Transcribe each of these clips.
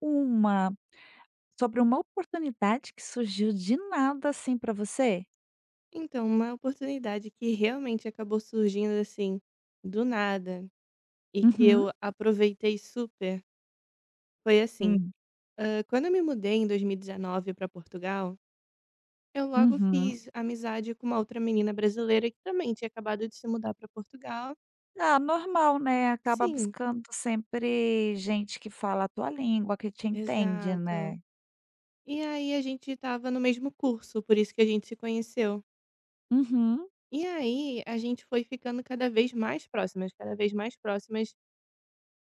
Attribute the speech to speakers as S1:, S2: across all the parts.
S1: Uma sobre uma oportunidade que surgiu de nada, assim, pra você?
S2: Então, uma oportunidade que realmente acabou surgindo assim, do nada, e que
S1: Uhum.
S2: eu aproveitei super, foi assim:
S1: Hum.
S2: quando eu me mudei em 2019 para Portugal, eu logo
S1: Uhum.
S2: fiz amizade com uma outra menina brasileira que também tinha acabado de se mudar para Portugal.
S1: Ah, normal, né, acaba
S2: Sim,
S1: buscando sempre gente que fala a tua língua, que te entende,
S2: exato.
S1: né.
S2: E aí a gente estava no mesmo curso, por isso que a gente se conheceu.
S1: Uhum.
S2: E aí a gente foi ficando cada vez mais próximas, cada vez mais próximas.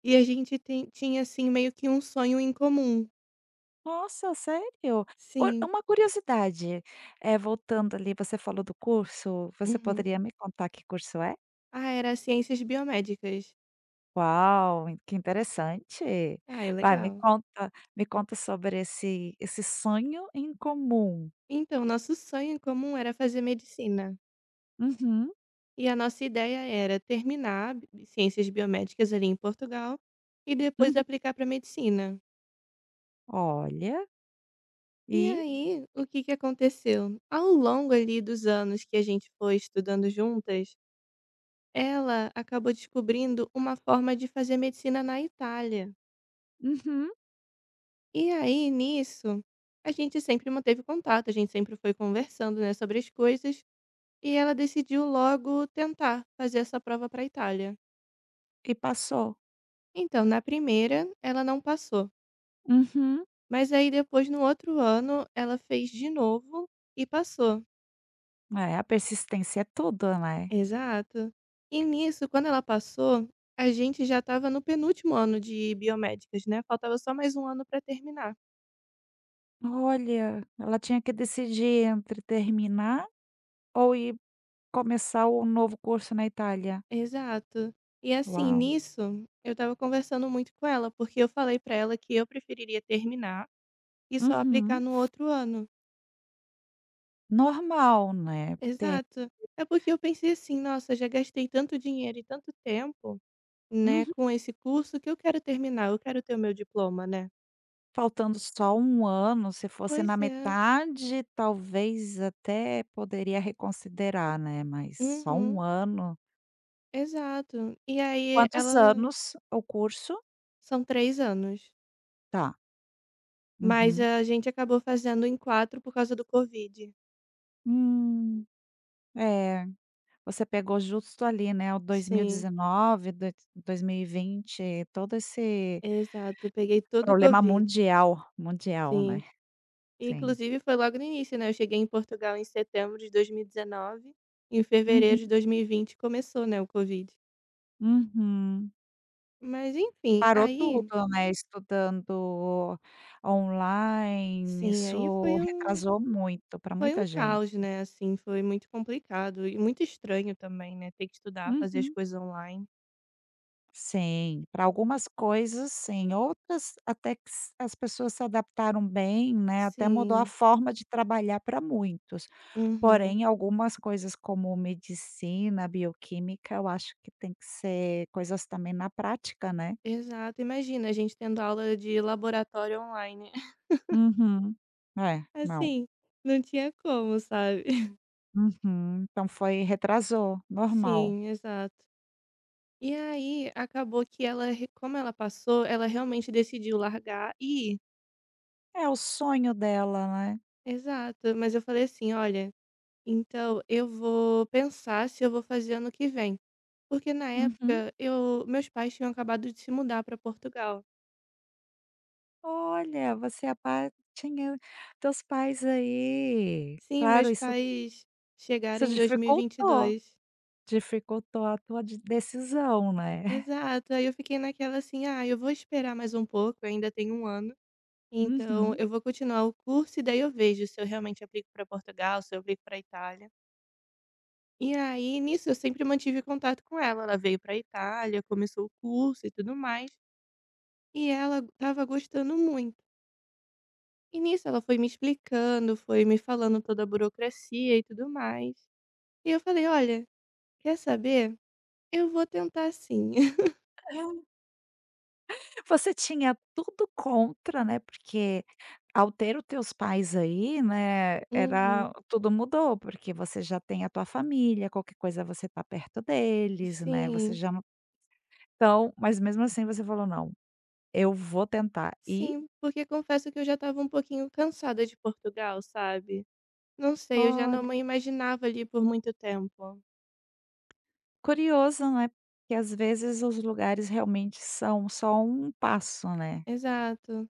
S2: E a gente tem tinha, assim, meio que um sonho em comum.
S1: Nossa, sério? Por
S2: Sim.
S1: uma curiosidade, é voltando ali, você falou do curso, você
S2: Uhum.
S1: poderia me contar que curso é?
S2: Ah, era ciências biomédicas.
S1: Uau, in- que interessante.
S2: Ah, é
S1: Vai, me
S2: legal.
S1: conta me conta sobre esse sonho em comum.
S2: Então, nosso sonho em comum era fazer medicina.
S1: Uhum,
S2: E a nossa ideia era terminar b ciências biomédicas ali em Portugal e depois
S1: uhum.
S2: aplicar para medicina.
S1: Olha,
S2: E
S1: e
S2: aí, o que que aconteceu? Ao longo ali dos anos que a gente foi estudando juntas, ela acabou descobrindo uma forma de fazer medicina na Itália.
S1: Uhum.
S2: E aí, nisso, a gente sempre manteve contato, a gente sempre foi conversando, né, sobre as coisas, e ela decidiu logo tentar fazer essa prova para a Itália.
S1: e passou.
S2: Então, na primeira, ela não passou.
S1: Uhum.
S2: Mas aí depois, no outro ano, ela fez de novo e passou.
S1: É, a persistência é tudo, né.
S2: Exato. E nisso, quando ela passou, a gente já estava no penúltimo ano de biomédicas, né? Faltava só mais um ano para terminar.
S1: Olha, ela tinha que decidir entre terminar ou ir começar um novo curso na Itália.
S2: Exato. E assim,
S1: Uau.
S2: nisso, eu tava conversando muito com ela, porque eu falei pra ela que eu preferiria terminar e só aplicar
S1: Uhum.
S2: no outro ano.
S1: Normal, né, ter
S2: Exato. É porque eu pensei assim, nossa, já gastei tanto dinheiro e tanto tempo, né,
S1: Uhum.
S2: com esse curso que eu quero terminar, eu quero ter o meu diploma, né?
S1: faltando só um ano, se fosse na
S2: Pois é.
S1: metade, talvez até poderia reconsiderar, né, mas só
S2: Uhum.
S1: um ano.
S2: Exato. E aí
S1: Quantos
S2: ela
S1: anos o curso?
S2: são três anos.
S1: Tá.
S2: Mas
S1: Uhum.
S2: a gente acabou fazendo em quatro por causa do Covid.
S1: Hum, é, você pegou justo ali, né, o dois mil e
S2: Sim,
S1: dezenove, do- 2020 todo esse
S2: exato. Eu peguei todo o
S1: problema
S2: Covid.
S1: mundial, mundial, né.
S2: Sim. E
S1: Sim.
S2: inclusive foi logo no início, né, eu cheguei em Portugal em setembro de 2019, em
S1: Uhum,
S2: fevereiro de 2020 começou, né, o covid.
S1: uhum.
S2: Mas enfim,
S1: Parou
S2: aí
S1: tudo, né, estudando online,
S2: sim, aí
S1: isso
S2: foi um
S1: retrasou muito para muita
S2: caos,
S1: gente.
S2: né, assim, foi muito complicado e muito estranho também, né, ter que estudar, fazer as
S1: Uhum.
S2: coisas online.
S1: Sim, para algumas coisas sim, outras até que s as pessoas se adaptaram bem, né, até mudou a
S2: Sim.
S1: forma de trabalhar para muitos.
S2: Uhum.
S1: Porém, algumas coisas como medicina, bioquímica, eu acho que tem que ser coisas também na prática, né.
S2: Exato, imagina a gente tendo aula de laboratório online.
S1: Uhum. É, não.
S2: Assim, não tinha como, sabe.
S1: Uhum. Então foi retrasou, normal.
S2: Sim, exato. E aí, acabou que ela re como ela passou, ela realmente decidiu largar e ir.
S1: É o sonho dela, né.
S2: Exato, mas eu falei assim: "Olha, então eu vou pensar se eu vou fazer ano que vem". Porque na
S1: Uhum.
S2: época eu meus pais tinham acabado de se mudar para Portugal.
S1: "Olha, você é a patinha dos pais aí".
S2: Sim,
S1: Claro,
S2: meus
S1: isso
S2: pais chegaram
S1: Isso
S2: em
S1: dificultou,
S2: 2022.
S1: dificultou a tua de decisão, né.
S2: Exato, aí eu fiquei naquela assim: "Ah, eu vou esperar mais um pouco, ainda tem um ano, então
S1: Uhum.
S2: eu vou continuar o curso e daí eu vejo se eu realmente aplico para Portugal, se eu aplico para Itália". E aí, nisso, eu sempre mantive contato com ela. Ela veio pra Itália, começou o curso e tudo mais, e ela estava gostando muito. E nisso ela foi me explicando, foi me falando toda a burocracia e tudo mais. E eu falei: "Olha, quer saber? Eu vou tentar sim".
S1: É. Você tinha tudo contra, né, porque ao ter os teus pais aí, né,
S2: Uhum.
S1: era tudo mudou, porque você já tem a tua família, qualquer coisa você tá perto deles, né, você
S2: Sim,
S1: já não então, mas mesmo assim você falou: "Não, eu vou tentar". E,
S2: sim, porque confesso que eu já estava um pouquinho cansada de Portugal, sabe. Não sei, eu já não
S1: olha,
S2: me imaginava ali por muito tempo.
S1: curioso, né, porque às vezes os lugares realmente são só um passo, né.
S2: Exato.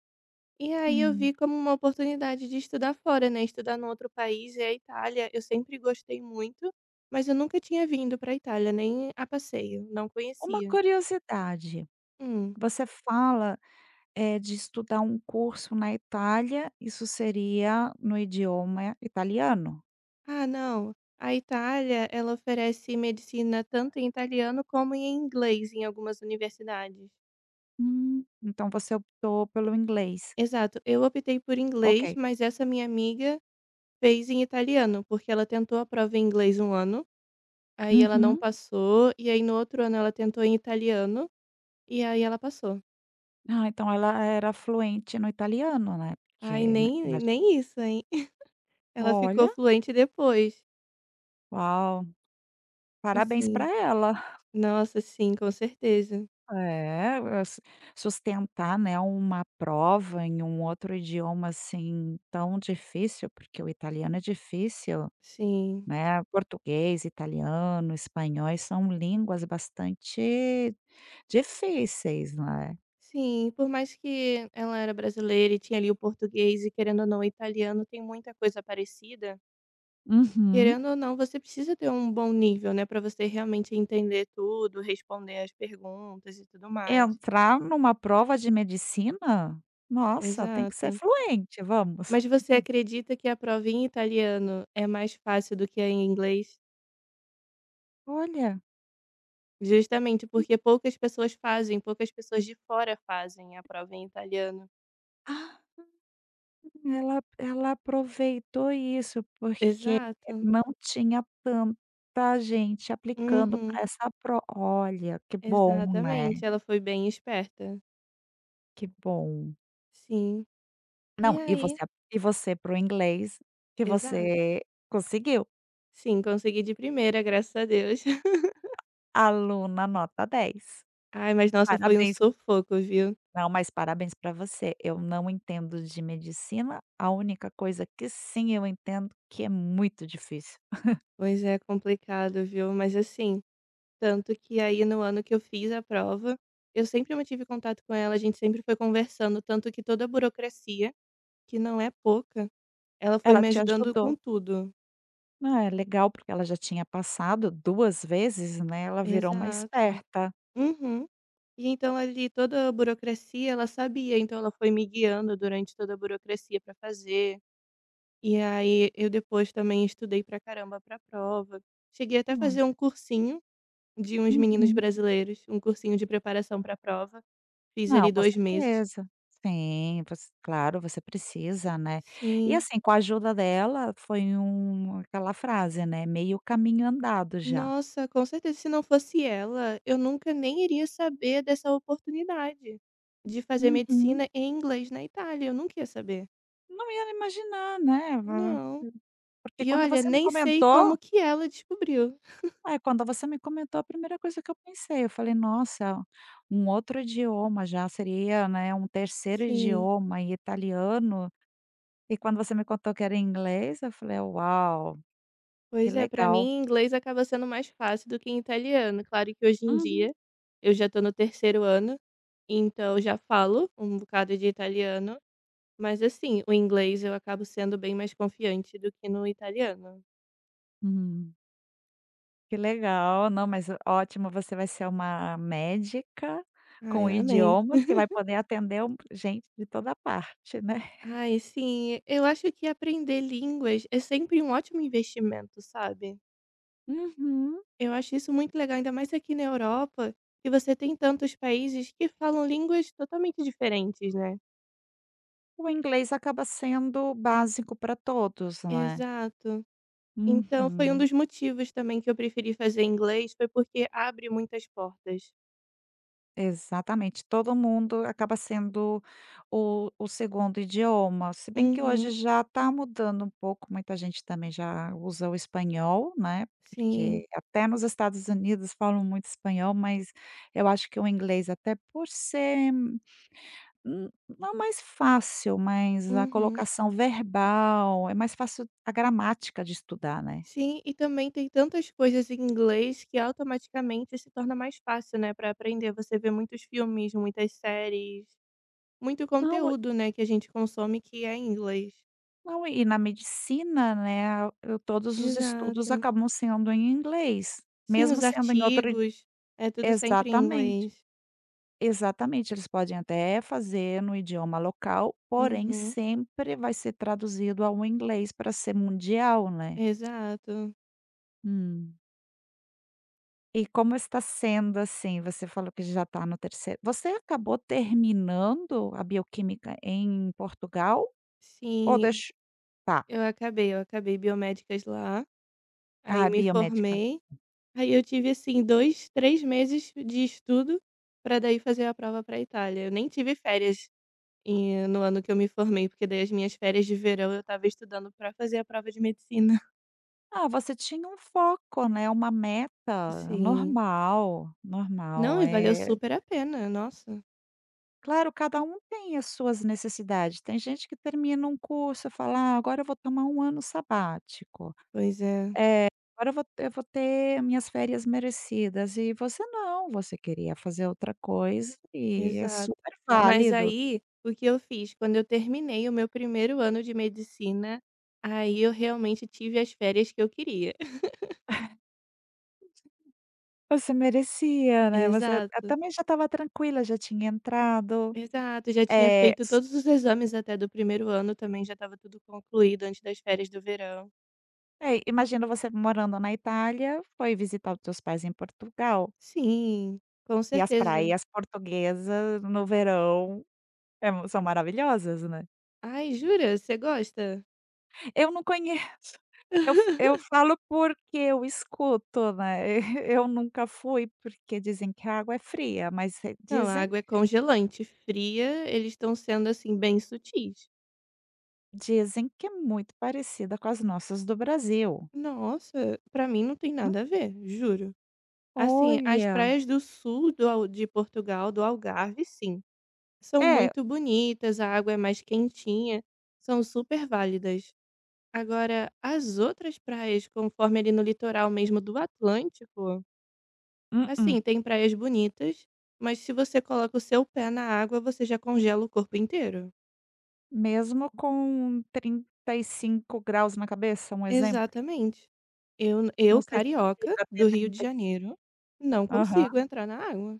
S2: E aí eu
S1: Hum.
S2: vi como uma oportunidade de estudar fora, né, estudar num outro país, é a Itália. Eu sempre gostei muito, mas eu nunca tinha vindo para a Itália, nem a passeio, não
S1: Uma
S2: conhecia.
S1: curiosidade
S2: Hum.
S1: Você fala, de estudar um curso na Itália, isso seria no idioma italiano?
S2: Ah, não, a Itália, ela oferece medicina tanto em italiano como em inglês em algumas universidades.
S1: Então você optou pelo inglês.
S2: Exato, eu optei por inglês,
S1: Ok.
S2: mas essa minha amiga fez em italiano, porque ela tentou a prova em inglês um ano, aí ela não Uhum.
S1: Uhum.
S2: passou, e aí no outro ano ela tentou em italiano, e aí ela passou.
S1: Ah, então ela era fluente no italiano, né, porque
S2: Ai, nem
S1: imagina
S2: nem isso, hein. Ela ficou
S1: olha,
S2: fluente depois.
S1: uau, parabéns para
S2: Sim,
S1: ela.
S2: nossa, sim, com certeza.
S1: É, s sustentar, né, uma prova em um outro idioma, assim, tão difícil, porque o italiano é difícil.
S2: Sim,
S1: Né, português, italiano, espanhol são línguas bastante difíceis, né.
S2: sim, por mais que ela era brasileira e tinha ali o português e querendo ou não o italiano tem muita coisa parecida,
S1: Uhum.
S2: querendo ou não você precisa ter um bom nível, né, pra você realmente entender tudo, responder as perguntas e tudo mais.
S1: Entrar numa prova de medicina, nossa, tem que
S2: Exato.
S1: ser fluente, vamos.
S2: Mas você acredita que a prova em italiano é mais fácil do que a em inglês?
S1: Olha,
S2: Justamente, porque poucas pessoas fazem, poucas pessoas de fora fazem a prova em italiano.
S1: Ah. ela aproveitou isso, porque
S2: Exato.
S1: não tinha tanta gente aplicando
S2: Uhum.
S1: para essa pro olha, que bom, né,
S2: Exatamente, ela foi bem esperta.
S1: que bom.
S2: Sim. E
S1: Não,
S2: aí
S1: e você para o inglês que
S2: exato.
S1: você conseguiu.
S2: Sim, consegui de primeira, graças a Deus.
S1: Aluna nota 10,
S2: Ai, mas nossa, foi um
S1: Parabéns.
S2: sufoco, viu.
S1: Não, mas parabéns para você. Eu não entendo de medicina, a única coisa que sim eu entendo que é muito difícil.
S2: Pois é, complicado, viu. Mas assim, tanto que aí no ano que eu fiz a prova, eu sempre mantive contato com ela, a gente sempre foi conversando, tanto que toda a burocracia, que não é pouca, ela foi
S1: Ela
S2: me
S1: te
S2: ajudando com
S1: ajudou.
S2: tudo.
S1: Ah, é legal porque ela já tinha passado 2 vezes, né, ela virou uma
S2: Exato.
S1: esperta.
S2: Uhum. E então ali toda a burocracia, ela sabia, então ela foi me guiando durante toda a burocracia para fazer. E aí eu depois também estudei pra caramba pra prova. Cheguei até a
S1: Hum,
S2: fazer um cursinho de uns meninos
S1: uhum.
S2: brasileiros, um cursinho de preparação pra prova. Fiz
S1: Não,
S2: ali
S1: com
S2: 2 meses.
S1: certeza. Sim, você claro, você precisa, né. E
S2: Sim.
S1: assim, com a ajuda dela, foi um aquela frase, né, meio caminho andado já.
S2: Nossa, com certeza se não fosse ela, eu nunca nem iria saber dessa oportunidade de fazer
S1: Uhum.
S2: medicina em inglês na Itália, eu nunca ia saber.
S1: Não ia imaginar, né, va
S2: Não.
S1: porque
S2: E
S1: quando
S2: olha,
S1: você me
S2: nem sei
S1: comentou
S2: como que ela descobriu.
S1: é, quando você me comentou, a primeira coisa que eu pensei, eu falei: "Nossa, um outro idioma já seria, né, um terceiro
S2: Sim.
S1: idioma e italiano". E quando você me contou que era em inglês, eu falei: "Uau, que
S2: Pois é, pra
S1: legal".
S2: mim inglês acaba sendo mais fácil do que italiano. Claro que hoje em
S1: Uhum.
S2: dia eu já tô no terceiro ano, então já falo um bocado de italiano, mas assim, o inglês eu acabo sendo bem mais confiante do que no italiano.
S1: Uhum. Que legal, não, mas ótimo, você vai ser uma médica
S2: Ai,
S1: com
S2: amei.
S1: idiomas que vai poder atender um gente de toda parte, né.
S2: Ai, sim, eu acho que aprender línguas é sempre um ótimo investimento, sabe?
S1: Uhum.
S2: Eu acho isso muito legal, ainda mais aqui na Europa, que você tem tantos países que falam línguas totalmente diferentes, né.
S1: O inglês acaba sendo básico para todos, né.
S2: Exato. Então foi um
S1: Uhum.
S2: dos motivos também que eu preferi fazer inglês, foi porque abre muitas portas.
S1: Exatamente, todo mundo acaba sendo o segundo idioma, se bem que hoje
S2: Uhum.
S1: já está mudando um pouco, muita gente também já usa o espanhol, né,
S2: Sim.
S1: porque até nos Estados Unidos falam muito espanhol, mas eu acho que o inglês até por ser, não mais fácil, mas a
S2: Uhum.
S1: colocação verbal, é mais fácil a gramática de estudar, né.
S2: Sim, e também tem tantas coisas em inglês que automaticamente se torna mais fácil, né, para aprender. Você vê muitos filmes, muitas séries, muito
S1: Não,
S2: conteúdo, né, que a gente consome que é em inglês.
S1: Não, e na medicina, né, eu todos os estudos
S2: Exato.
S1: acabam sendo em inglês,
S2: Sim, os
S1: mesmo sendo em outro i
S2: artigos, é tudo sempre em
S1: exatamente,
S2: inglês.
S1: exatamente, eles podem até fazer no idioma local, porém
S2: Uhum,
S1: sempre vai ser traduzido ao inglês para ser mundial, né.
S2: exato.
S1: Hum. E como está sendo, assim, você falou que já está no terceiro você acabou terminando a bioquímica em Portugal ou
S2: Sim,
S1: deix tá.
S2: eu acabei biomédicas lá, aí
S1: Ah,
S2: me
S1: biomédica.
S2: formei, aí eu tive assim 2 3 meses de estudo para daí fazer a prova pra Itália. Eu nem tive férias no ano que eu me formei, porque daí as minhas férias de verão eu tava estudando para fazer a prova de medicina.
S1: Ah, você tinha um foco, né, uma meta,
S2: Sim.
S1: normal,
S2: Não,
S1: normal,
S2: e valeu
S1: É
S2: super a pena, nossa.
S1: claro, cada um tem as suas necessidades, tem gente que termina um curso, e fala: "Ah, agora eu vou tomar um ano sabático,
S2: Pois é.
S1: É, agora eu vou ter minhas férias merecidas", e você não, você queria fazer outra coisa e é
S2: Exato.
S1: super
S2: Mas
S1: válido.
S2: aí, o que eu fiz? Quando eu terminei o meu primeiro ano de medicina, aí eu realmente tive as férias que eu queria.
S1: Você merecia, né, você
S2: Exato,
S1: também já estava tranquila, já tinha entrado,
S2: exato. Já tinha
S1: eh,
S2: feito
S1: s
S2: todos os exames até do primeiro ano também, já estava tudo concluído antes das férias do verão.
S1: é, imagino você morando na Itália, foi visitar os teus pais em Portugal,
S2: Sim, com
S1: e as
S2: certeza.
S1: praias portuguesas no verão é mu são maravilhosas, né.
S2: Ai, jura? Você gosta?
S1: Eu não conheço, eu f eu falo porque eu escuto, né, eu nunca fui, porque dizem que a água é fria, mas re
S2: Não, a
S1: dizem
S2: água é congelante, fria, eles estão sendo assim bem sutis.
S1: dizem que é muito parecida com as nossas do Brasil.
S2: Nossa, pra mim não tem nada a ver, juro. Assim, as
S1: Olha.
S2: praias do sul do Al de Portugal, do Algarve, sim, são
S1: É.
S2: muito bonitas, a água é mais quentinha, são super válidas. Agora, as outras praias, conforme ali no litoral mesmo do Atlântico,
S1: Mm-mm.
S2: assim, tem praias bonitas, mas se você coloca o seu pé na água, você já congela o corpo inteiro.
S1: Mesmo com 35 graus na cabeça, um exemplo?
S2: Exatamente. Eu
S1: Não sei se
S2: carioca,
S1: chega
S2: do
S1: até
S2: Rio de
S1: 35.
S2: Janeiro, não
S1: Aham.
S2: consigo entrar na água.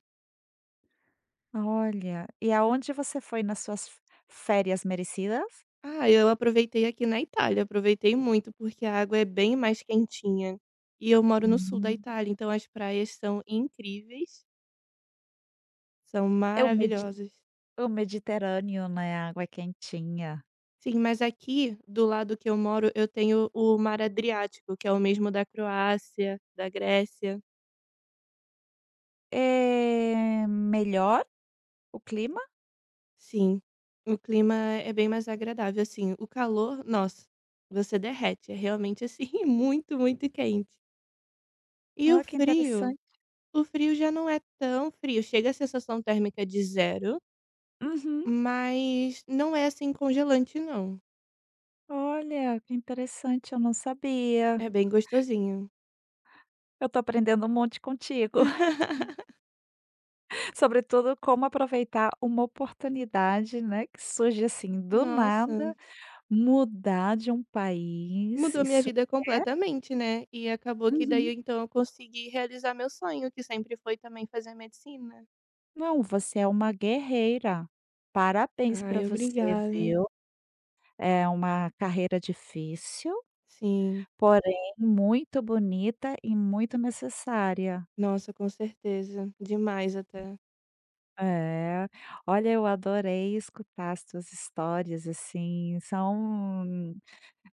S1: Olha, e aonde você foi nas suas f férias merecidas?
S2: Ah, eu aproveitei aqui na Itália, aproveitei muito, porque a água é bem mais quentinha. E eu moro no sul da
S1: Hum.
S2: Itália, então as praias são incríveis, são
S1: É
S2: maravilhosas.
S1: o Mediterrâneo, né, a água é quentinha.
S2: Sim, mas aqui, do lado que eu moro, eu tenho o Mar Adriático, que é o mesmo da Croácia, da Grécia.
S1: É melhor o clima?
S2: Sim, o clima é bem mais agradável, assim. O calor, nossa, você derrete, é realmente assim, muito, muito quente. E o
S1: Olha que
S2: frio?
S1: interessante.
S2: O frio já não é tão frio, chega a sensação térmica de zero,
S1: Uhum.
S2: mas não é, assim, congelante não.
S1: Olha, que interessante, eu não sabia.
S2: É bem gostosinho.
S1: Eu tô aprendendo um monte contigo. Sobretudo, como aproveitar uma oportunidade, né, que surge assim do
S2: Nossa,
S1: nada, mudar de um país,
S2: mudou minha
S1: isso
S2: vida completamente, né, e acabou que daí
S1: Uhum.
S2: então eu consegui realizar meu sonho, que sempre foi também fazer medicina.
S1: Não, você é uma guerreira. Parabéns para
S2: Ai,
S1: você,
S2: obrigada.
S1: viu. É uma carreira difícil,
S2: Sim.
S1: porém muito bonita e muito necessária.
S2: Nossa, com certeza, demais até.
S1: É. Olha, eu adorei escutar as tuas histórias, assim, são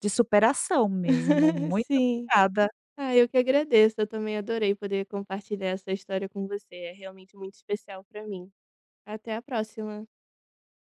S1: de superação mesmo. Muito
S2: Sim.
S1: obrigada.
S2: Ah, eu que agradeço, eu também adorei poder compartilhar essa história com você, é realmente muito especial pra mim. Até a próxima.